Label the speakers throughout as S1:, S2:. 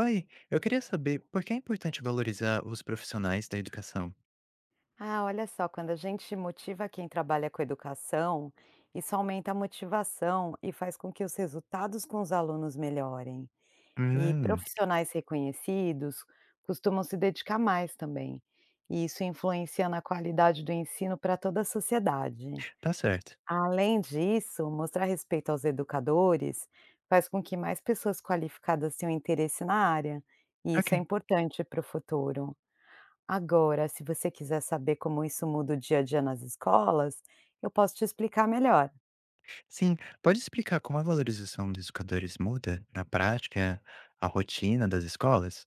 S1: Oi, eu queria saber por que é importante valorizar os profissionais da educação?
S2: Ah, olha só, quando a gente motiva quem trabalha com educação, isso aumenta a motivação e faz com que os resultados com os alunos melhorem. E
S1: Hum,
S2: profissionais reconhecidos costumam se dedicar mais também. E isso influencia na qualidade do ensino para toda a sociedade.
S1: tá certo.
S2: Além disso, mostrar respeito aos educadores faz com que mais pessoas qualificadas tenham interesse na área, e
S1: Ok.
S2: isso é importante para o futuro. Agora, se você quiser saber como isso muda o dia a dia nas escolas, eu posso te explicar melhor.
S1: Sim, pode explicar como a valorização dos educadores muda, na prática, a rotina das escolas?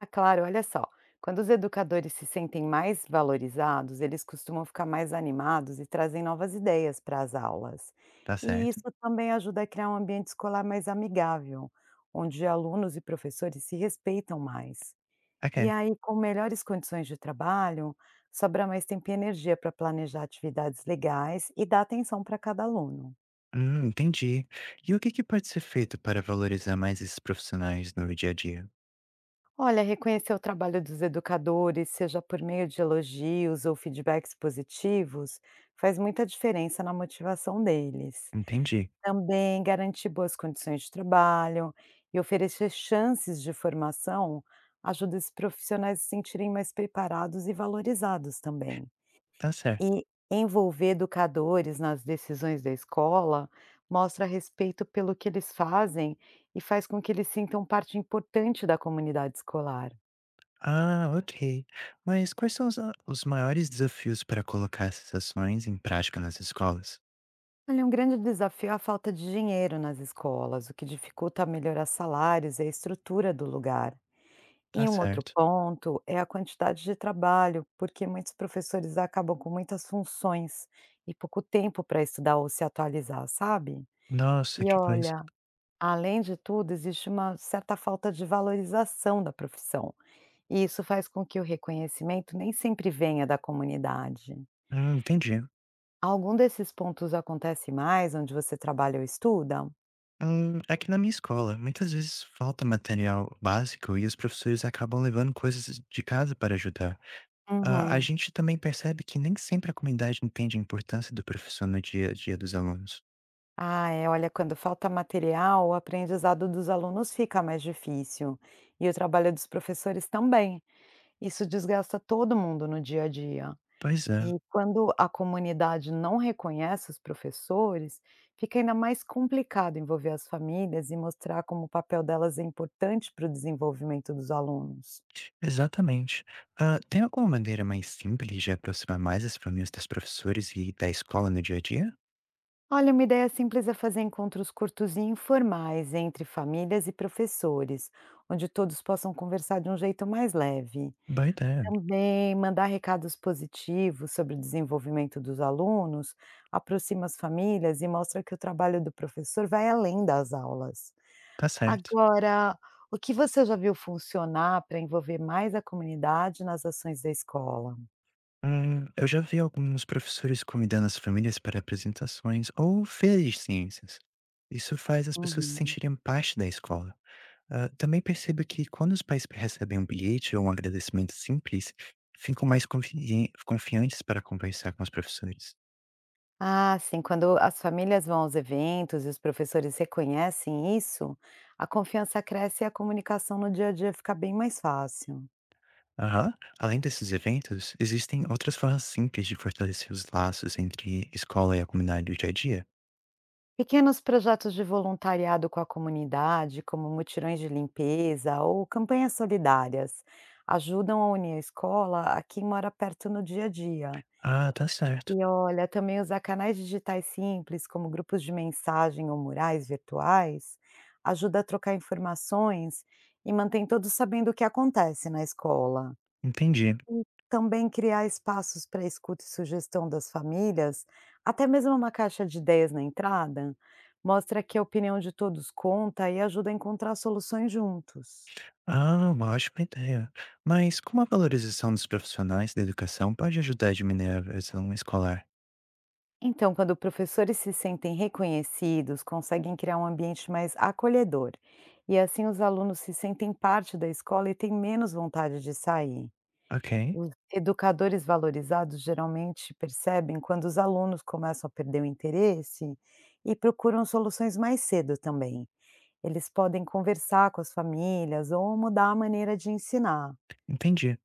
S2: Ah, claro, olha só. Quando os educadores se sentem mais valorizados, eles costumam ficar mais animados e trazem novas ideias para as aulas.
S1: Tá
S2: E
S1: certo.
S2: isso também ajuda a criar um ambiente escolar mais amigável, onde alunos e professores se respeitam mais.
S1: Ok.
S2: E aí, com melhores condições de trabalho, sobra mais tempo e energia para planejar atividades legais e dar atenção para cada aluno.
S1: Entendi. E o que que pode ser feito para valorizar mais esses profissionais no dia a dia?
S2: Olha, reconhecer o trabalho dos educadores, seja por meio de elogios ou feedbacks positivos, faz muita diferença na motivação deles.
S1: Entendi.
S2: Também garantir boas condições de trabalho e oferecer chances de formação ajuda esses profissionais a se sentirem mais preparados e valorizados também.
S1: Tá certo.
S2: E envolver educadores nas decisões da escola mostra respeito pelo que eles fazem e faz com que eles sintam parte importante da comunidade escolar.
S1: Ah, ok. Mas quais são os, os maiores desafios para colocar essas ações em prática nas escolas?
S2: Olha, um grande desafio é a falta de dinheiro nas escolas, o que dificulta melhorar salários e a estrutura do lugar.
S1: Tá
S2: E um outro
S1: certo.
S2: ponto é a quantidade de trabalho, porque muitos professores acabam com muitas funções e pouco tempo para estudar ou se atualizar, sabe?
S1: Nossa,
S2: E
S1: que coisa.
S2: olha, além de tudo, existe uma certa falta de valorização da profissão, e isso faz com que o reconhecimento nem sempre venha da comunidade.
S1: Entendi.
S2: Algum desses pontos acontece mais onde você trabalha ou estuda?
S1: Aqui na minha escola, muitas vezes falta material básico e os professores acabam levando coisas de casa para ajudar. Ah, a
S2: Uhum.
S1: gente também percebe que nem sempre a comunidade entende a importância do professor no dia a dia dos alunos.
S2: Ah, é, olha, quando falta material, o aprendizado dos alunos fica mais difícil e o trabalho dos professores também. Isso desgasta todo mundo no dia a dia.
S1: Pois é,
S2: E quando a comunidade não reconhece os professores, fica ainda mais complicado envolver as famílias e mostrar como o papel delas é importante para o desenvolvimento dos alunos.
S1: exatamente. Tem alguma maneira mais simples de aproximar mais as famílias dos professores e da escola no dia a dia?
S2: Olha, uma ideia simples é fazer encontros curtos e informais entre famílias e professores, onde todos possam conversar de um jeito mais leve.
S1: Boa ideia,
S2: Também mandar recados positivos sobre o desenvolvimento dos alunos aproxima as famílias e mostra que o trabalho do professor vai além das aulas.
S1: tá certo.
S2: Agora, o que você já viu funcionar para envolver mais a comunidade nas ações da escola?
S1: Eu já vi alguns professores convidando as famílias para apresentações ou feiras de ciências. Isso faz as pessoas se
S2: Uhum.
S1: sentirem parte da escola. Ah, também percebo que quando os pais recebem um bilhete ou um agradecimento simples, ficam mais confiantes para conversar com os professores.
S2: Ah, sim, quando as famílias vão aos eventos e os professores reconhecem isso, a confiança cresce e a comunicação no dia a dia fica bem mais fácil.
S1: Aham. Além desses eventos, existem outras formas simples de fortalecer os laços entre escola e a comunidade do dia a dia?
S2: Pequenos projetos de voluntariado com a comunidade, como mutirões de limpeza ou campanhas solidárias, ajudam a unir a escola a quem mora perto no dia a dia.
S1: Ah, tá certo.
S2: E olha, também usar canais digitais simples, como grupos de mensagem ou murais virtuais, ajuda a trocar informações e mantém todos sabendo o que acontece na escola.
S1: Entendi.
S2: Também criar espaços para escuta e sugestão das famílias, até mesmo uma caixa de ideias na entrada, mostra que a opinião de todos conta e ajuda a encontrar soluções juntos.
S1: Ah, uma ótima ideia. Mas como a valorização dos profissionais da educação pode ajudar a diminuir a evasão escolar?
S2: Então, quando professores se sentem reconhecidos, conseguem criar um ambiente mais acolhedor. E assim os alunos se sentem parte da escola e têm menos vontade de sair.
S1: Ok,
S2: Os educadores valorizados geralmente percebem quando os alunos começam a perder o interesse e procuram soluções mais cedo também. Eles podem conversar com as famílias ou mudar a maneira de ensinar.
S1: entendi.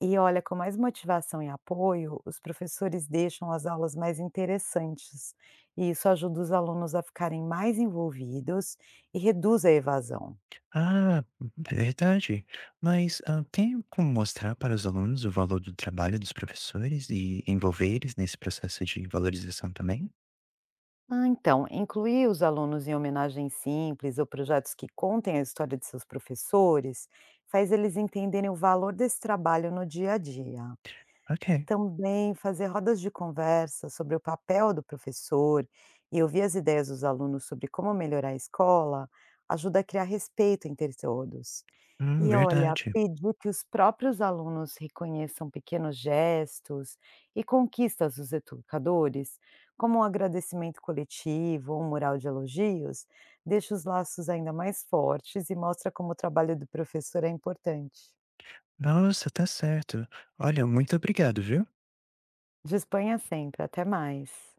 S2: E olha, com mais motivação e apoio, os professores deixam as aulas mais interessantes, e isso ajuda os alunos a ficarem mais envolvidos e reduz a evasão.
S1: Ah, verdade. Mas tem como mostrar para os alunos o valor do trabalho dos professores e envolver eles nesse processo de valorização também?
S2: Ah, então, incluir os alunos em homenagens simples ou projetos que contem a história de seus professores faz eles entenderem o valor desse trabalho no dia a dia.
S1: Ok,
S2: Também fazer rodas de conversa sobre o papel do professor e ouvir as ideias dos alunos sobre como melhorar a escola ajuda a criar respeito entre todos. E olha,
S1: verdade.
S2: pedir que os próprios alunos reconheçam pequenos gestos e conquistas dos educadores, como um agradecimento coletivo ou um mural de elogios, deixa os laços ainda mais fortes e mostra como o trabalho do professor é importante.
S1: Nossa, tá certo. Olha, muito obrigado, viu?
S2: De Espanha sempre, até mais.